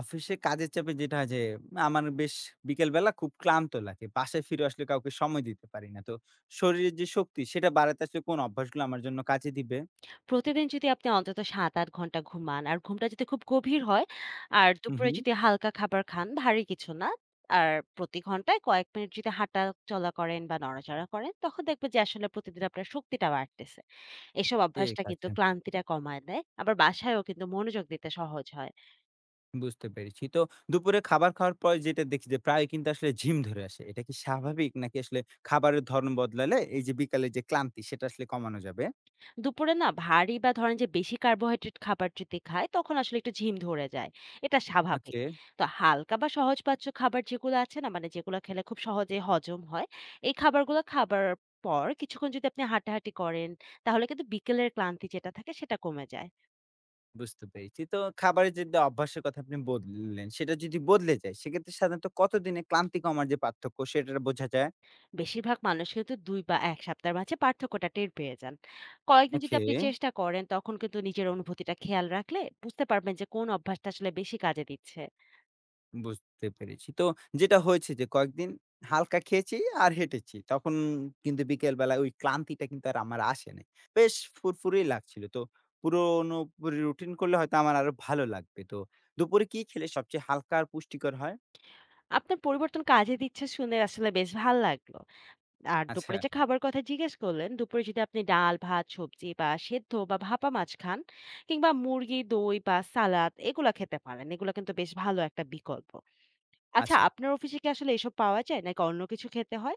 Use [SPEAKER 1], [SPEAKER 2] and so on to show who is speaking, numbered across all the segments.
[SPEAKER 1] অফিসে কাজের চাপে যেটা হয় যে আমার বেশ বিকেলবেলা খুব ক্লান্ত লাগে। বাসায় ফিরে আসলে কাউকে সময় দিতে পারি না। তো শরীরের যে শক্তি সেটা বাড়াতে আসলে কোন অভ্যাসগুলো আমার জন্য কাজে দিবে?
[SPEAKER 2] প্রতিদিন যদি আপনি অন্তত ৭-৮ ঘন্টা ঘুমান আর ঘুমটা যদি খুব গভীর হয় আর
[SPEAKER 1] হুম,
[SPEAKER 2] দুপুরে
[SPEAKER 1] হুম।
[SPEAKER 2] যদি হালকা খাবার খান, ভারী কিছু না। আর প্রতি ঘন্টায় কয়েক মিনিট যদি হাঁটা চলা করেন বা নড়াচড়া করেন, তখন দেখবেন যে আসলে প্রতিদিন আপনার শক্তিটা বাড়তেছে। এসব
[SPEAKER 1] ঠিক
[SPEAKER 2] অভ্যাসটা কিন্তু
[SPEAKER 1] আছে,
[SPEAKER 2] ক্লান্তিটা কমায় দেয়। আবার বাসায়ও কিন্তু মনোযোগ দিতে সহজ হয়।
[SPEAKER 1] বুঝতে পেরেছি। তো দুপুরে খাবার খাওয়ার পর যেটা দেখি যে প্রায় কিন্তু আসলে ঝিম ধরে আসে। এটা কি স্বাভাবিক নাকি আসলে খাবারের ধরন বদলালে এই যে বিকালের যে ক্লান্তি সেটা আসলে কমানো যাবে?
[SPEAKER 2] দুপুরে না ভারী বা ধরেন যে বেশি কার্বোহাইড্রেট খাবার যদি খায় তখন আসলে একটু ঝিম ধরে যায়। এটা স্বাভাবিক।
[SPEAKER 1] ওকে,
[SPEAKER 2] তো হালকা বা সহজপাচ্য খাবার যেগুলো আছে না মানে যেগুলো খেলে খুব সহজে হজম হয়, এই খাবারগুলো খাবার পর কিছুক্ষণ যদি আপনি হাঁটাহাঁটি করেন, তাহলে কিন্তু বিকেলের ক্লান্তি যেটা থাকে সেটা কমে যায়।
[SPEAKER 1] বুঝতে পেরেছি। তো খাবারের যে অভ্যাসের কথা আপনি বললেন সেটা যদি বদলে যায় সেক্ষেত্রে সাধারণত কতদিনে ক্লান্তি কমার যে পার্থক্য সেটা বোঝা যায়?
[SPEAKER 2] বেশিরভাগ মানুষ কিন্তু ২ বা ১ সপ্তাহের মাঝে পার্থক্যটা টের পেয়ে যান। কয়েকদিন যদি
[SPEAKER 1] ওকে,
[SPEAKER 2] আপনি চেষ্টা করেন তখন কিন্তু নিজের অনুভূতিটা খেয়াল রাখলে বুঝতে পারবেন যে কোন অভ্যাসটা আসলে বেশি কাজে দিচ্ছে।
[SPEAKER 1] বুঝতে পেরেছি। তো যেটা হয়েছে যে কয়েকদিন হালকা খেয়েছি আর হেঁটেছি। তখন কিন্তু বিকেল বেলায় ওই ক্লান্তিটা কিন্তু আর আমার আসে নাই। বেশ ফুরফুরেই লাগছিল। তো পুরোনো রুটিন করলে হয়তো আমার আরো ভালো লাগবে। তো দুপুরে কি খেলে সবচেয়ে হালকা আর পুষ্টিকর হয়?
[SPEAKER 2] আপনার পরিবর্তন কাজে দিচ্ছে শুনে আসলে বেশ ভাল লাগলো। আর
[SPEAKER 1] আচ্ছা,
[SPEAKER 2] দুপুরে যে খাবার কথা জিজ্ঞেস করলেন, দুপুরে যদি আপনি ডাল, ভাত, সবজি বা সেদ্ধ বা ভাপা মাছ খান কিংবা মুরগি, দই বা সালাদ এগুলা খেতে পারেন। এগুলা কিন্তু বেশ ভালো একটা বিকল্প। আচ্ছা,
[SPEAKER 1] আচ্ছা।
[SPEAKER 2] আপনার অফিসে কি আসলে এসব পাওয়া যায় নাকি অন্য কিছু খেতে হয়?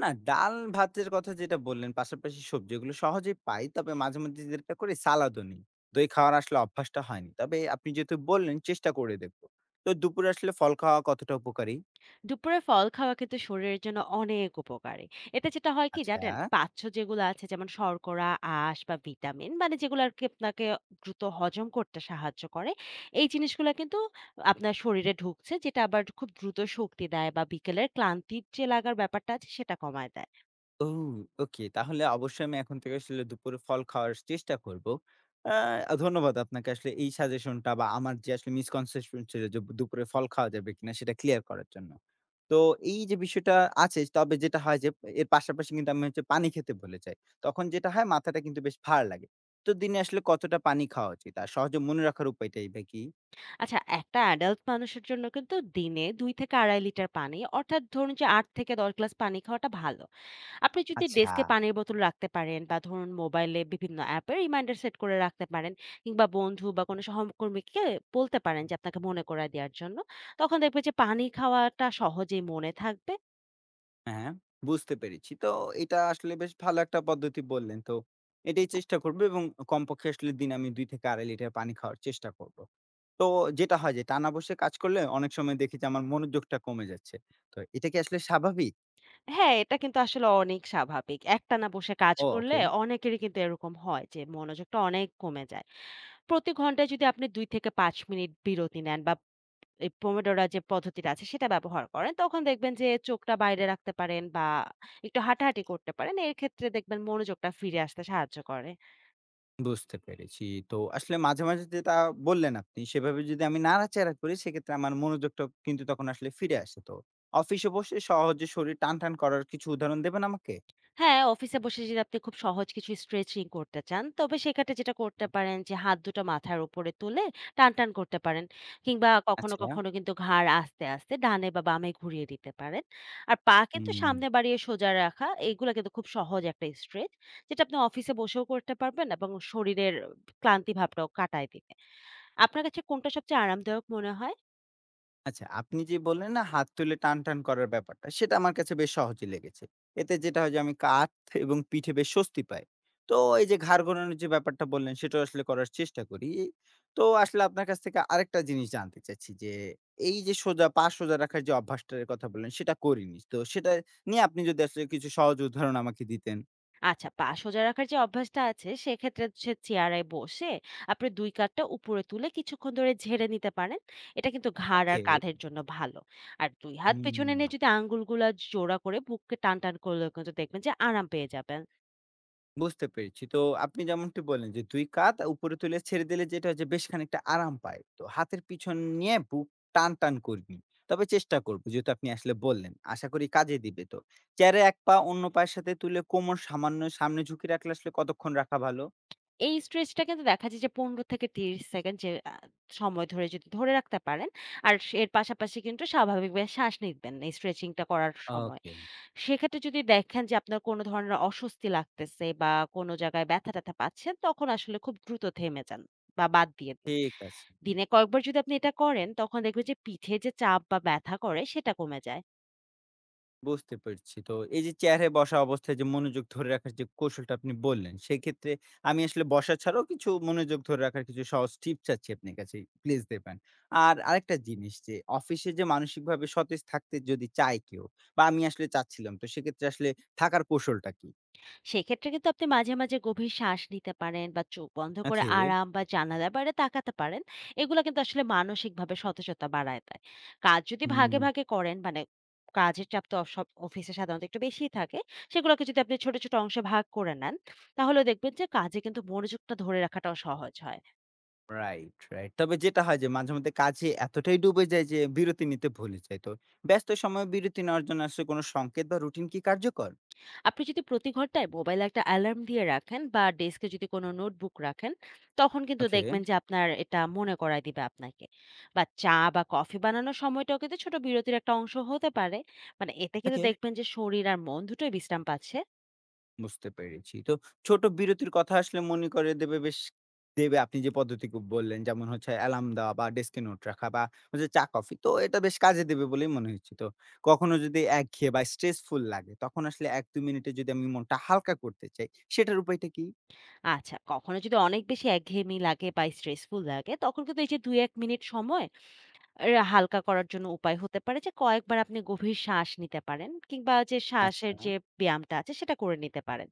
[SPEAKER 1] না ডাল ভাতের কথা যেটা বললেন, পাশাপাশি সবজি এগুলো সহজেই পাই। তবে মাঝে মধ্যে যেটা করি সালাদও নিই। দই খাওয়ার আসলে অভ্যাসটা হয়নি। তবে আপনি যেহেতু বললেন চেষ্টা করে দেখব। তো দুপুরে আসলে ফল খাওয়া কতটা উপকারী?
[SPEAKER 2] দুপুরে ফল খাওয়া কিন্তু শরীরের জন্য অনেক উপকারী। এতে যেটা হয় কি
[SPEAKER 1] আচ্ছা।
[SPEAKER 2] জানেন, পাচ্য যেগুলো আছে যেমন শর্করা, আঁশ বা ভিটামিন মানে যেগুলো আর কি আপনাকে দ্রুত হজম করতে সাহায্য করে, এই জিনিসগুলো কিন্তু আপনার শরীরে ঢুকছে যেটা আবার খুব দ্রুত শক্তি দেয় বা বিকেলের ক্লান্তির যে লাগার ব্যাপারটা আছে সেটা কমায় দেয়।
[SPEAKER 1] ও ওকে। তাহলে অবশ্যই আমি এখন থেকে আসলে দুপুরে ফল খাওয়ার চেষ্টা করব। ধন্যবাদ আপনাকে আসলে এই সাজেশনটা বা আমার যে আসলে মিসকনসেপশন ছিল যে দুপুরে ফল খাওয়া যাবে কিনা সেটা ক্লিয়ার করার জন্য। তো এই যে বিষয়টা আছে তবে যেটা হয় যে এর পাশাপাশি কিন্তু আমি হচ্ছে পানি খেতে ভুলে যাই। তখন যেটা হয় মাথাটা কিন্তু বেশ ভার লাগে। তো দিনে আসলে কতটা পানি খাওয়া উচিত? আর সহজে মনে রাখার উপায়টাই বা কি?
[SPEAKER 2] আচ্ছা, একটা অ্যাডাল্ট মানুষের জন্য কিন্তু দিনে ২ থেকে ২.৫ লিটার পানি অর্থাৎ ধরুন যে ৮ থেকে ১০ গ্লাস পানি খাওয়াটা ভালো। আপনি যদি
[SPEAKER 1] আচ্ছা।
[SPEAKER 2] ডেস্কে পানির বোতল রাখতে পারেন বা ধরুন মোবাইলে বিভিন্ন অ্যাপে রিমাইন্ডার সেট করে রাখতে পারেন কিংবা বন্ধু বা কোনো সহকর্মীকে বলতে পারেন যে আপনাকে মনে করায় দেওয়ার জন্য, তখন দেখবেন যে পানি খাওয়াটা সহজেই মনে থাকবে।
[SPEAKER 1] হ্যাঁ, বুঝতে পেরেছি। তো এটা আসলে বেশ ভালো একটা পদ্ধতি বললেন। তো এটাই চেষ্টা করব এবং কমপক্ষে আসলে দিনে আমি ২ থেকে ২.৫ লিটার পানি খাওয়ার চেষ্টা করব। তো যেটা হয় যে টানা বসে কাজ করলে অনেক সময় দেখি যে আমার মনোযোগটা কমে যাচ্ছে। তো এটা কি আসলে স্বাভাবিক?
[SPEAKER 2] হ্যাঁ, এটা কিন্তু আসলে অনেক স্বাভাবিক। একটানা বসে কাজ করলে
[SPEAKER 1] ওকে,
[SPEAKER 2] অনেকেরই কিন্তু এরকম হয় যে মনোযোগটা অনেক কমে যায়। প্রতি ঘন্টায় যদি আপনি ২ থেকে ৫ মিনিট বিরতি নেন বা এই পোমোডোরা যে পদ্ধতিটা আছে সেটা ব্যবহার করেন, তখন দেখবেন যে চোখটা বাইরে রাখতে পারেন বা একটু হাঁটাহাঁটি করতে পারেন। এর ক্ষেত্রে দেখবেন মনোযোগটা ফিরে আসতে সাহায্য করে।
[SPEAKER 1] বুঝতে পেরেছি। তো আসলে মাঝে, মাঝে যেটা বললেন আপনি সেভাবে যদি আমি নাড়াচাড়া করি সেক্ষেত্রে আমার মনোযোগটা কিন্তু তখন আসলে ফিরে আসে। তো অফিসে বসে সহজে শরীর টানটান করার কিছু উদাহরণ দেবেন আমাকে?
[SPEAKER 2] হ্যাঁ, অফিসে বসে যদি আপনি খুব সহজ কিছু স্ট্রেচিং করতে চান, তবে সেক্ষেত্রে যেটা করতে পারেন যে হাত দুটো মাথার উপরে তুলে টানটান করতে পারেন। কিংবা কখনো,
[SPEAKER 1] আচ্ছা,
[SPEAKER 2] কখনো কিন্তু ঘাড় আস্তে, আস্তে ডানে বা বামে ঘুরিয়ে দিতে পারেন। আর পা কিন্তু
[SPEAKER 1] হুম।
[SPEAKER 2] সামনে বাড়িয়ে সোজা রাখা, এগুলা কিন্তু খুব সহজ একটা স্ট্রেচ। যেটা আপনি অফিসে বসেও করতে পারবেন এবং শরীরের ক্লান্তি ভাবটাও কাটায় দিবে। আপনার কাছে কোনটা সবচেয়ে আরামদায়ক মনে হয়?
[SPEAKER 1] আচ্ছা, আপনি যে বললেন না হাত তুলে টানটান করার ব্যাপারটা, সেটা আমার কাছে বেশ সহজই লেগেছে। এতে যেটা হয় যে আমি কাঁধ এবং পিঠে বেশ স্বস্তি পাই। তো এই যে ঘাড় ঘোরানোর যে ব্যাপারটা বললেন সেটাও আসলে করার চেষ্টা করি। তো আসলে আপনার কাছ থেকে আরেকটা জিনিস জানতে চাচ্ছি যে, এই যে সোজা পা সোজা রাখার যে অভ্যাসটার কথা বললেন সেটা করিনি। তো সেটা নিয়ে আপনি যদি আসলে কিছু সহজ উদাহরণ আমাকে দিতেন।
[SPEAKER 2] আচ্ছা, পা সোজা রাখার যে অভ্যাসটা আছে সেক্ষেত্রে সে চেয়ারে বসে আপনি দুই কাঁধটা উপরে তুলে কিছুক্ষণ ধরে ঝেড়ে নিতে পারেন। এটা কিন্তু ঘাড়
[SPEAKER 1] ওকে।
[SPEAKER 2] আর কাঁধের জন্য ভালো। আর দুই হাত পেছনে
[SPEAKER 1] হুম।
[SPEAKER 2] নিয়ে যদি আঙ্গুলগুলা জোড়া করে বুককে টান টান করলে কিন্তু দেখবেন যে আরাম পেয়ে যাবেন।
[SPEAKER 1] বুঝতে পেরেছি। তো আপনি যেমনটি বললেন যে ২ কাঁধ উপরে তুলে ছেড়ে দিলে যেটা হচ্ছে বেশ খানিকটা আরাম পায়। তো হাতের পিছন নিয়ে বুক টান, টান করবি। তবে চেষ্টা করব যেহেতু আপনি আসলে বললেন। আশা করি কাজে দিবে তো। চেয়ারে এক পা অন্য পায়ের সাথে তুলে কোমর সামান্য সামনে ঝুঁকে রাখলে আসলে কতক্ষণ রাখা ভালো?
[SPEAKER 2] এই স্ট্রেচটা কিন্তু দেখা যায় যে ১৫ থেকে ৩০ সেকেন্ড যে সময় ধরে যদি ধরে রাখতে পারেন আর এর পাশাপাশি কিন্তু স্বাভাবিকভাবে শ্বাস নিবেন এই স্ট্রেচিংটা করার সময়।
[SPEAKER 1] ওকে।
[SPEAKER 2] সেক্ষেত্রে যদি দেখেন যে আপনার কোনো ধরনের অস্বস্তি লাগতেছে বা কোনো জায়গায় ব্যথা-ট্যাথা পাচ্ছেন, তখন আসলে খুব দ্রুত থেমে যান বা বাদ দিয়ে দিন।
[SPEAKER 1] ঠিক আছে।
[SPEAKER 2] দিনে কয়েকবার যদি আপনি এটা করেন, তখন দেখবেন যে পিঠে যে চাপ বা ব্যথা করে, সেটা কমে যায়।
[SPEAKER 1] বুঝতে পারছি। তো এই যে চেয়ারে বসা অবস্থায় যে মনোযোগ ধরে রাখার যে কৌশলটা আপনি বললেন, সেক্ষেত্রে আমি আসলে বসা ছাড়াও কিছু মনোযোগ ধরে রাখার কিছু সহজ টিপস চাচ্ছি আপনার কাছে। প্লিজ দেবেন। আর আরেকটা জিনিস যে অফিসে যে মানসিকভাবে সতেজ থাকতে যদি চায় কেউ বা আমি আসলে চাচ্ছিলাম, তো সেক্ষেত্রে আসলে থাকার কৌশলটা কি?
[SPEAKER 2] সেক্ষেত্রে কিন্তু আপনি মাঝে, মাঝে গভীর শ্বাস নিতে পারেন বা চোখ বন্ধ করে
[SPEAKER 1] ওকে।
[SPEAKER 2] আরাম বা জানালার বাইরে তাকাতে পারেন। এগুলা কিন্তু আসলে মানসিকভাবে সতেজতা বাড়ায় দেয়। কাজ যদি
[SPEAKER 1] হুম,
[SPEAKER 2] ভাগে, ভাগে করেন মানে কাজের চাপ তো সব অফিসে সাধারণত একটু বেশিই থাকে। সেগুলোকে যদি আপনি ছোট, ছোট অংশে ভাগ করে নেন, তাহলে দেখবেন যে কাজে কিন্তু মনোযোগটা ধরে রাখাটাও সহজ হয়।
[SPEAKER 1] Right, right. তবে যেটা হয় যে মাঝে মধ্যে কাজে এতটাই ডুবে যায় যে বিরতি নিতে ভুলে যাই। তো ব্যস্ত সময়ে বিরতি নেওয়ার জন্য আসলে কোনো সংকেত বা রুটিন কি কার্যকর?
[SPEAKER 2] আপনি যদি প্রতি ঘন্টায় মোবাইলে একটা অ্যালার্ম দিয়ে রাখেন বা ডেস্কে যদি কোনো নোটবুক রাখেন, তখন কিন্তু
[SPEAKER 1] ওকে।
[SPEAKER 2] দেখবেন যে আপনার এটা মনে করায় দিবে আপনাকে। বা চা বা কফি বানানোর সময়টাও কিন্তু ছোট বিরতির একটা অংশ হতে পারে, মানে এতে কিন্তু দেখবেন যে শরীর আর মন দুটোই বিশ্রাম পাচ্ছে।
[SPEAKER 1] বুঝতে পেরেছি। তো ছোট বিরতির কথা আসলে মনে করে দেবে বেশ দেবে আপনি যে পদ্ধতি বললেন যেমন হচ্ছে অ্যালার্ম দেওয়া বা ডেস্কে নোট রাখা বা হচ্ছে চা কফি। তো এটা বেশ কাজে দেবে বলেই মনে হচ্ছে। তো কখনো যদি একঘেয়ে বা স্ট্রেসফুল লাগে তখন আসলে ১-২ মিনিটে যদি আমি মনটা হালকা করতে চাই সেটার উপায়টা কি?
[SPEAKER 2] আচ্ছা, কখনো যদি অনেক বেশি একঘেয়েমি লাগে বা স্ট্রেসফুল লাগে তখন কিন্তু এই যে দুই এক মিনিট সময় এর হালকা করার জন্য উপায় হতে পারে যে কয়েকবার আপনি গভীর শ্বাস নিতে পারেন কিংবা যে শ্বাসের
[SPEAKER 1] আচ্ছা।
[SPEAKER 2] যে ব্যায়ামটা আছে সেটা করে নিতে পারেন।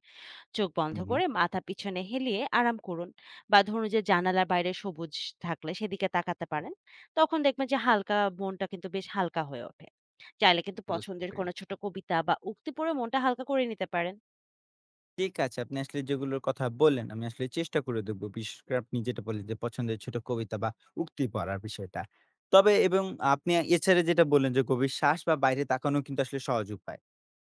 [SPEAKER 2] চোখ বন্ধ
[SPEAKER 1] হু, হু।
[SPEAKER 2] করে মাথা পিছনে হেলিয়ে আরাম করুন বা ধরুন যে জানালার বাইরে সবুজ থাকলে সেদিকে তাকাতে পারেন, তখন দেখবেন যে হালকা মনটা কিন্তু বেশ হালকা হয়ে ওঠে। চাইলে কিন্তু
[SPEAKER 1] বুঝতে
[SPEAKER 2] পছন্দের কোনো
[SPEAKER 1] পেরেছি।
[SPEAKER 2] ছোট কবিতা বা উক্তি পড়ে মনটা হালকা করে নিতে পারেন।
[SPEAKER 1] ঠিক আছে। আপনি আসলে যেগুলোর কথা বললেন, আমি আসলে চেষ্টা করে দেখবো। বিশেষ করে আপনি যেটা বললেন যে, পছন্দের ছোট কবিতা বা উক্তি পড়ার বিষয়টা। এবং আপনি এছাড়া যেটা বললেন যে, গভীর শ্বাস বা বাইরে তাকানো কিন্তু আসলে সহজ উপায়।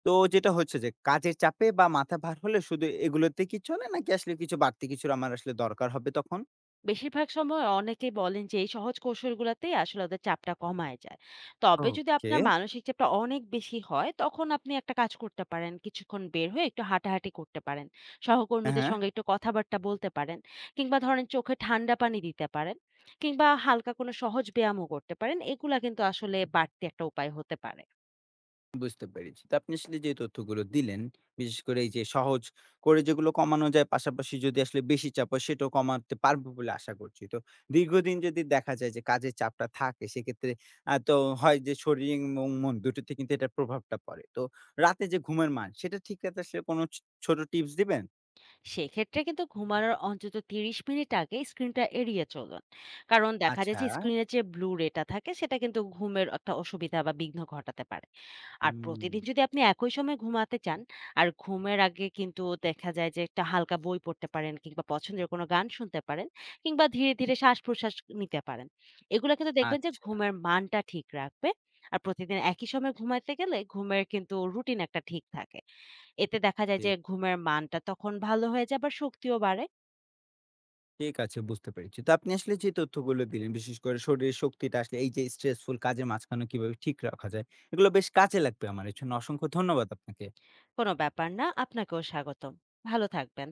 [SPEAKER 1] তো যেটা হচ্ছে যে, কাজের চাপে বা মাথা ভার হলে শুধু এগুলোতে কি চলে? নাকি আসলে কিছু বাড়তি কিছুর আমার আসলে দরকার হবে তখন?
[SPEAKER 2] বেশিরভাগ সময় অনেকেই বলেন যে এই সহজ কৌশলগুলাতেই আসলে ওদের চাপটা কমায় যায়। তবে যদি
[SPEAKER 1] ওকে।
[SPEAKER 2] আপনার মানসিক চাপটা অনেক বেশি হয়, তখন আপনি একটা কাজ করতে পারেন। কিছুক্ষণ বের হয়ে একটু হাঁটাহাঁটি করতে পারেন।
[SPEAKER 1] হ্যাঁ,
[SPEAKER 2] সহকর্মীদের
[SPEAKER 1] হ্যাঁ।
[SPEAKER 2] সঙ্গে একটু কথাবার্তা বলতে পারেন। কিংবা ধরেন চোখে ঠান্ডা পানি দিতে পারেন। কিংবা হালকা কোনো সহজ ব্যায়ামও করতে পারেন। এগুলা কিন্তু আসলে বাড়তি একটা উপায় হতে পারে।
[SPEAKER 1] বুঝতে পেরেছি। তো আপনি আসলে যে তথ্যগুলো দিলেন, বিশেষ করে এই যে সহজ করে যেগুলো কমানো যায়, পাশাপাশি যদি আসলে বেশি চাপ হয় সেটাও কমাতে পারবো বলে আশা করছি। তো দীর্ঘদিন যদি দেখা যায় যে কাজের চাপটা থাকে সেক্ষেত্রে তো হয় যে শরীর এবং মন দুটোতে কিন্তু এটার প্রভাবটা পড়ে। তো রাতে যে ঘুমের মান সেটা ঠিক রাখতে আসলে কোনো ছোট টিপস দিবেন?
[SPEAKER 2] সেক্ষেত্রে কিন্তু ঘুমানোর অন্তত ৩০ মিনিট আগে স্ক্রিনটা এড়িয়ে চলুন। কারণ দেখা যায়
[SPEAKER 1] আচ্ছা।
[SPEAKER 2] যে স্ক্রিনের যে ব্লু রেটা থাকে সেটা কিন্তু ঘুমের একটা অসুবিধা বা বিঘ্ন ঘটাতে পারে। আর
[SPEAKER 1] হুম,
[SPEAKER 2] প্রতিদিন যদি আপনি একই সময় ঘুমাতে চান আর ঘুমের আগে কিন্তু দেখা যায় যে একটা হালকা বই পড়তে পারেন কিংবা পছন্দের কোনো গান শুনতে পারেন কিংবা ধীরে ধীরে শ্বাস প্রশ্বাস নিতে পারেন, এগুলো কিন্তু দেখবেন যে
[SPEAKER 1] আচ্ছা।
[SPEAKER 2] ঘুমের মানটা ঠিক রাখবে। আর প্রতিদিন একই সময় ঘুমাতে গেলে ঘুমের কিন্তু রুটিন একটা ঠিক থাকে। এতে দেখা যায় যে ঘুমের মানটা তখন ভালো হয়ে যায়, আবার শক্তিও বাড়ে।
[SPEAKER 1] ঠিক আছে, বুঝতে পেরেছি। তো আপনি আসলে যে তথ্যগুলো দিলেন, বিশেষ করে শরীরের শক্তিটা আসলে এই যে স্ট্রেসফুল কাজের মাঝখানে কিভাবে ঠিক রাখা যায়, এগুলো বেশ কাজে লাগবে আমার। এর জন্য অসংখ্য ধন্যবাদ আপনাকে।
[SPEAKER 2] কোনো ব্যাপার না। আপনাকেও স্বাগতম। ভালো থাকবেন।